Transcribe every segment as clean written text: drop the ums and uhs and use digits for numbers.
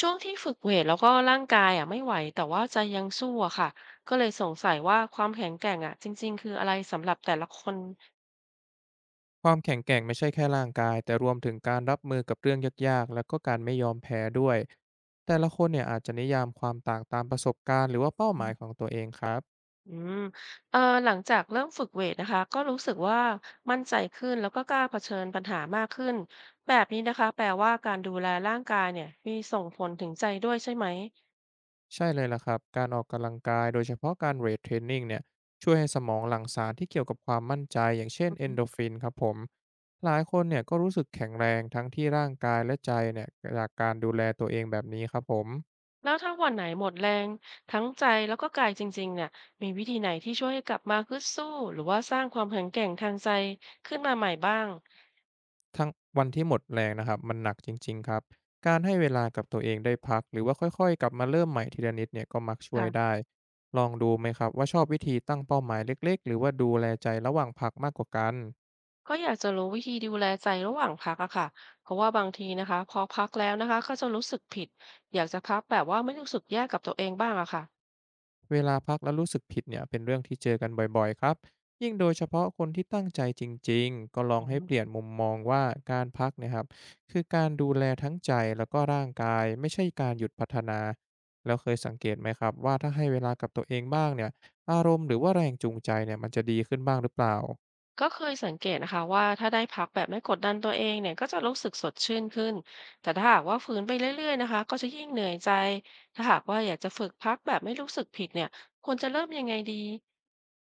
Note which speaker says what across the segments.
Speaker 1: ช่วงที่ฝึกเวตแล้วก็ร่างกายอะไม่ไหวแต่ว่าใจยังสู้อะค่ะก็เลยสงสัยว่าความแข็งแกร่งอะจริงๆคืออะไรสำหรับแต่ละคน
Speaker 2: ความแข็งแกร่งไม่ใช่แค่ร่างกายแต่รวมถึงการรับมือกับเรื่องยากๆแล้วก็การไม่ยอมแพ้ด้วยแต่ละคนเนี่ยอาจจะนิยามความต่างตามประสบการณ์หรือว่าเป้าห
Speaker 1: อื
Speaker 2: มายข
Speaker 1: ม
Speaker 2: องตัวเองครับ
Speaker 1: เอ่อหลังจากเริ่มฝึกเวตนะคะก็รู้สึกว่ามั่นใจขึ้นแล้วก็กล้าเผชิญปัญหามากขึ้นแบบนี้นะคะแปลว่าการดูแลร่างกายเนี่ยมีส่งผลถึงใจด้วยใช่ไหม
Speaker 2: ใช่เลยล่ะครับการออกกำลังกายโดยเฉพาะการเวทเทรนนิ่งเนี่ยช่วยให้สมองหลั่งสารที่เกี่ยวกับความมั่นใจอย่างเช่นเอน
Speaker 1: อือ
Speaker 2: โดรฟินครับผมหลายคนเนี่ยก็รู้สึกแข็งแรงทั้งที่ร่างกายและใจเนี่ยจากการดูแลตัวเองแบบนี้ครับผม
Speaker 1: แล้วถ้าวันไหนหมดแรงทั้งใจแล้วก็กายจริงๆเนี่ยมีวิธีไหนที่ช่วยให้กลับมาฮึดสู้หรือว่าสร้างความแข็งแกร่งทางใจขึ้นมาใหม่บ้าง
Speaker 2: ทั้งวันที่หมดแรงนะครับมันหนักจริงๆครับการให้เวลากับตัวเองได้พักหรือว่าค่อยๆกลับมาเริ่มใหม่ทีละนิดเนี่ยก็มักช่วย
Speaker 1: ค่ะ
Speaker 2: ได้ลองดูไหมครับว่าชอบวิธีตั้งเป้าหมายเล็กๆหรือว่าดูแลใจระหว่างพักมากกว่ากัน
Speaker 1: ก็อยากจะรู้วิธีดูแลใจระหว่างพักอะค่ะเพราะว่าบางทีนะคะพอพักแล้วนะคะก็จะรู้สึกผิดอยากจะพักแบบว่าไม่รู้สึกแย่กับตัวเองบ้างอะค่ะ
Speaker 2: เวลาพักแล้วรู้สึกผิดเนี่ยเป็นเรื่องที่เจอกันบ่อยๆครับยิ่งโดยเฉพาะคนที่ตั้งใจจริงๆก็ลอง
Speaker 1: อื
Speaker 2: ให้เป
Speaker 1: ม
Speaker 2: ลี่ยนมุมมองว่าการพักเนะครับคือการดูแลทั้งใจแล้วก็ร่างกายไม่ใช่การหยุดพัฒนาแล้วเคยสังเกตไหมครับว่าถ้าให้เวลากับตัวเองบ้างเนี่ยอารมณ์หรือว่าแรงจูงใจเนี่ยมันจะดีขึ้นบ้างหรือเปล่า
Speaker 1: ก็เคยสังเกตนะคะว่าถ้าได้พักแบบไม่กดดันตัวเองเนี่ยก็จะรู้สึกสดชื่นขึ้นแต่ถ้าหากว่าฝืนไปเรื่อยๆนะคะก็จะยิ่งเหนื่อยใจถ้าหากว่าอยากจะฝึกพักแบบไม่รู้สึกผิดเนี่ยควรจะเริ่มยังไงดี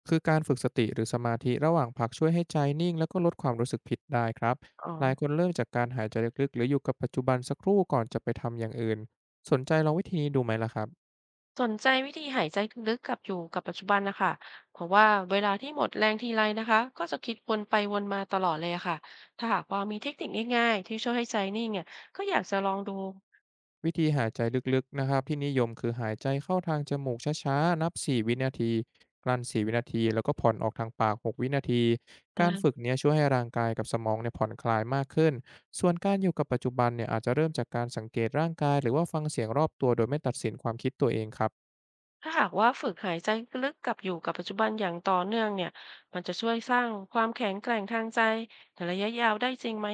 Speaker 2: คือการฝึกสติหรือสมาธิระหว่างพักช่วยให้ใจนิ่งแล้วก็ลดความรู้สึกผิดได้ครับ
Speaker 1: อ๋อ
Speaker 2: หลายคนเริ่มจากการหายใจลึกๆหรืออยู่กับปัจจุบันสักครู่ก่อนจะไปทำอย่างอื่นสนใจลองวิธีนี้ดูไหมล่ะครับ
Speaker 1: สนใจวิธีหายใจลึกๆกับอยู่กับปัจจุบันนะคะเพราะว่าเวลาที่หมดแรงทีไรนะคะก็จะคิดวนไปวนมาตลอดเลยอะค่ะถ้าหากว่ามีเทคนิคง่ายๆที่ช่วยให้ใจนิ่งเนี่ยก็อยากจะลองดู
Speaker 2: วิธีหายใจลึกๆนะครับที่นิยมคือหายใจเข้าทางจมูกช้าๆนับ4วินาทีกลั้น4วินาทีแล้วก็ผ่อนออกทางปาก6วินาทีการฝึก
Speaker 1: อ่า
Speaker 2: เนี้ยช่วยให้ร่างกายกับสมองเนี่ยผ่อนคลายมากขึ้นส่วนการอยู่กับปัจจุบันเนี่ยอาจจะเริ่มจากการสังเกตร่างกายหรือว่าฟังเสียงรอบตัวโดยไม่ตัดสินความคิดตัวเองครับ
Speaker 1: ถ้าหากว่าฝึกหายใจลึกกับอยู่กับปัจจุบันอย่างต่อเนื่องเนี่ยมันจะช่วยสร้างความแข็งแกร่งทางใจในระยะยาวได้จริงไหม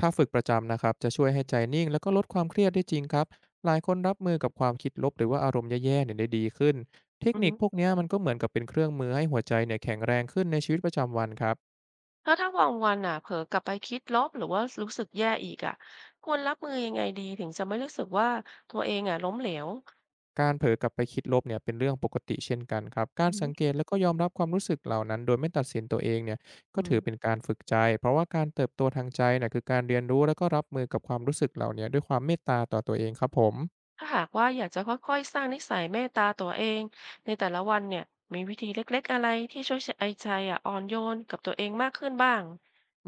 Speaker 2: ถ้าฝึกประจำนะครับจะช่วยให้ใจนิ่งแล้วก็ลดความเครียดได้จริงครับหลายคนรับมือกับความคิดลบหรือว่าอารมณ์แย่ๆเนี่ยได้ดีขึ้นเทค
Speaker 1: อือ
Speaker 2: นิค
Speaker 1: ฮึ
Speaker 2: พวกเนี้ยมันก็เหมือนกับเป็นเครื่องมือให้หัวใจเนี่ยแข็งแรงขึ้นในชีวิตประจำวันครับ
Speaker 1: แล้วถ้าบางวันอ่ะเผลอกลับไปคิดลบหรือว่ารู้สึกแย่อีกอ่ะควรรับมือยังไงดีถึงจะไม่รู้สึกว่าตัวเองอ่ะล้มเหลว
Speaker 2: การเผลอกลับไปคิดลบเนี่ยเป็นเรื่องปกติเช่นกันครับการ
Speaker 1: อื
Speaker 2: สัง
Speaker 1: ม
Speaker 2: เกตแล้วก็ยอมรับความรู้สึกเหล่านั้นโดยไม่ตัดสินตัวเองเนี่ย
Speaker 1: อื
Speaker 2: ก็ถือ
Speaker 1: ม
Speaker 2: เป็นการฝึกใจเพราะว่าการเติบโตทางใจเนี่ยคือการเรียนรู้แล้วก็รับมือกับความรู้สึกเหล่าเนี้ด้วยความเมตตาต่อตัวเองครับผม
Speaker 1: ถ้าหากว่าอยากจะค่อยๆสร้างนิสัยเมตตาตัวเองในแต่ละวันเนี่ยมีวิธีเล็กๆอะไรที่ช่วยใไอ้ใจอะอ่อนโยนกับตัวเองมากขึ้นบ้าง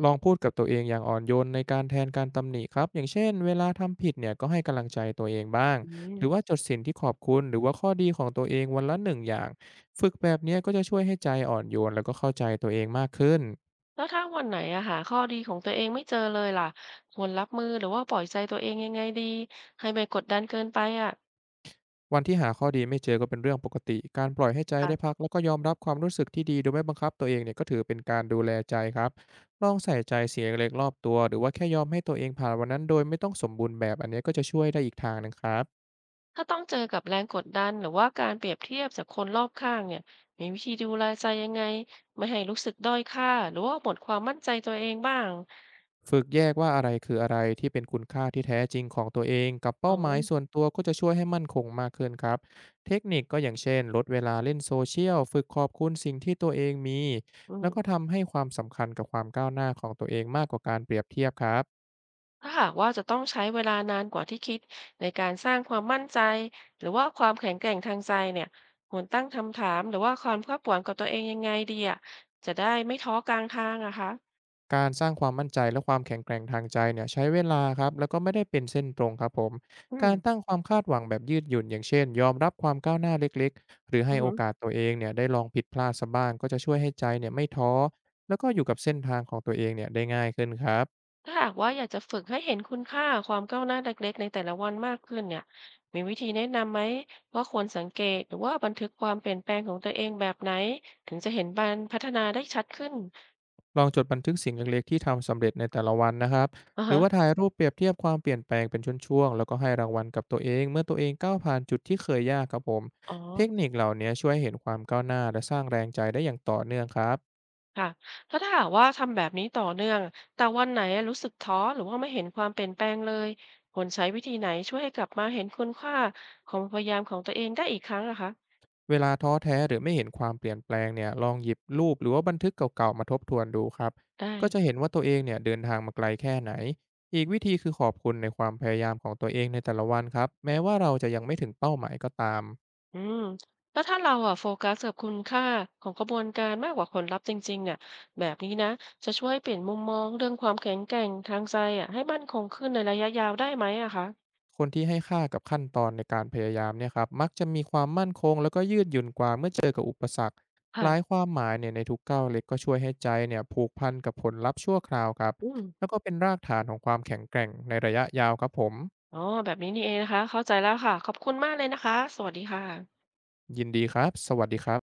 Speaker 2: ลองพูดกับตัวเองอย่างอ่อนโยนในการแทนการตำหนิครับ อย่างเช่นเวลาทำผิดเนี่ยก็ให้กำลังใจตัวเองบ้าง
Speaker 1: อื
Speaker 2: หรือว่า
Speaker 1: ม
Speaker 2: จดสิ่งที่ขอบคุณหรือว่าข้อดีของตัวเองวันละ1 อย่าง ฝึกแบบเนี้ยก็จะช่วยให้ใจอ่อนโยนแล้วก็เข้าใจตัวเองมากขึ้น
Speaker 1: แล้วถ้าวันไหนอะหาข้อดีของตัวเองไม่เจอเลยล่ะควรรับมือหรือว่าปล่อยใจตัวเองยังไงดีให้ไม่กดดันเกินไปอะ
Speaker 2: วันที่หาข้อดีไม่เจอก็เป็นเรื่องปกติ การปล่อยให้ใจได้พั
Speaker 1: ค่ะ
Speaker 2: กแล้วก็ยอมรับความรู้สึกที่ดีโดยไม่บังคับตัวเองเนี่ยก็ถือเป็นการดูแลใจครับลองใส่ใจเสียงเล็กๆรอบตัวหรือว่าแค่ยอมให้ตัวเองผ่านวันนั้นโดยไม่ต้องสมบูรณ์แบบอันเนี้ยก็จะช่วยได้อีกทางหนึงครับ
Speaker 1: ถ้าต้องเจอกับแรงกดดันหรือว่าการเปรียบเทียบจากคนรอบข้างเนี่ยมีวิธีดูแลใจยังไงไม่ให้รู้สึกด้อยค่าหรือว่าหมดความมั่นใจตัวเองบ้าง
Speaker 2: ฝึกแยกว่าอะไรคืออะไรที่เป็นคุณค่าที่แท้จริงของตัวเองกับ
Speaker 1: อ๋อ
Speaker 2: เป้าหมายส่วนตัวก็จะช่วยให้มั่นคงมากขึ้นครับเทคนิคก็อย่างเช่นลดเวลาเล่นโซเชียลฝึกขอบคุณสิ่งที่ตัวเองมี
Speaker 1: อื
Speaker 2: แล้ว
Speaker 1: ม
Speaker 2: ก็ทำให้ความสำคัญกับความก้าวหน้าของตัวเองมากกว่าการเปรียบเทียบครับ
Speaker 1: ถ้าหากว่าจะต้องใช้เวลานานกว่าที่คิดในการสร้างความมั่นใจหรือว่าความแข็งแกร่งทางใจเนี่ยควรตั้งคำถามหรือว่าความคาดหวังกับตัวเองยังไงดีอะจะได้ไม่ท้อกลางทางอะคะ
Speaker 2: การสร้างความมั่นใจและความแข็งแกร่งทางใจเนี่ยใช้เวลาครับแล้วก็ไม่ได้เป็นเส้นตรงครับผม
Speaker 1: อื
Speaker 2: กา
Speaker 1: ม
Speaker 2: รตั้งความคาดหวังแบบยืดหยุ่นอย่างเช่นยอมรับความก้าวหน้าเล็กๆหรือ
Speaker 1: อื
Speaker 2: ให้
Speaker 1: อ
Speaker 2: โอ
Speaker 1: หือ
Speaker 2: กาสตัวเองเนี่ยได้ลองผิดพลาดซะบ้างก็จะช่วยให้ใจเนี่ยไม่ท้อแล้วก็อยู่กับเส้นทางของตัวเองเนี่ยได้ง่ายขึ้นครับ
Speaker 1: ถ้าหากว่าอยากจะฝึกให้เห็นคุณค่าความก้าวหน้าเล็กๆในแต่ละวันมากขึ้นเนี่ยมีวิธีแนะนำไหมว่าควรสังเกตหรือว่าบันทึกความเปลี่ยนแปลงของตัวเองแบบไหนถึงจะเห็นการพัฒนาได้ชัดขึ้น
Speaker 2: ลองจดบันทึกสิ่งเล็กๆที่ทำสำเร็จในแต่ละวันนะครับ
Speaker 1: อ่า
Speaker 2: หรือ
Speaker 1: ฮะ
Speaker 2: ว่าถ่ายรูปเปรียบเทียบความเปลี่ยนแปลงเป็นช่วงๆแล้วก็ให้รางวัลกับตัวเองเมื่อตัวเองก้าวผ่านจุดที่เคยยากครับผม
Speaker 1: อ๋อ
Speaker 2: เทคนิคเหล่านี้ช่วยเห็นความก้าวหน้าและสร้างแรงใจได้อย่างต่อเนื่องครับ
Speaker 1: ค่ะแล้วถ้าหากว่าทำแบบนี้ต่อเนื่องแต่วันไหนรู้สึกท้อหรือว่าไม่เห็นความเปลี่ยนแปลงเลยควรใช้วิธีไหนช่วยให้กลับมาเห็นคุณค่าของความพยายามของตัวเองได้อีกครั้งอะคะ
Speaker 2: เวลาท้อแท้หรือไม่เห็นความเปลี่ยนแปลงเนี่ยลองหยิบรูปหรือว่าบันทึกเก่าๆมาทบทวนดูครับ
Speaker 1: ได้
Speaker 2: ก็จะเห็นว่าตัวเองเนี่ยเดินทางมาไกลแค่ไหนอีกวิธีคือขอบคุณในความพยายามของตัวเองในแต่ละวันครับแม้ว่าเราจะยังไม่ถึงเป้าหมายก็ตาม
Speaker 1: อืมแล้วถ้าเราอะโฟกัสกับคุณค่าของกระบวนการมากกว่าผลลัพธ์จริงๆเนี่ยแบบนี้นะจะช่วยเปลี่ยนมุมมองเรื่องความแข็งแกร่งทางใจอะให้มั่นคงขึ้นในระยะยาวได้ไหมอะคะ
Speaker 2: คนที่ให้ค่ากับขั้นตอนในการพยายามเนี่ยครับมักจะมีความมั่นคงแล้วก็ยืดหยุ่นกว่าเมื่อเจอกับอุปสรรคหลายค
Speaker 1: ค่ะ
Speaker 2: วามหมายเนี่ยในทุกก้าวเล็กก็ช่วยให้ใจเนี่ยผูกพันกับผลลัพธ์ชั่วคราวครับ
Speaker 1: อืม
Speaker 2: แล้วก็เป็นรากฐานของความแข็งแกร่งในระยะยาวครับผม
Speaker 1: อ๋อแบบนี้นี่เองนะคะเข้าใจแล้วค่ะขอบคุณมากเลยนะคะสวัสดีค่ะ
Speaker 2: ยินดีครับ สวัสดีครับ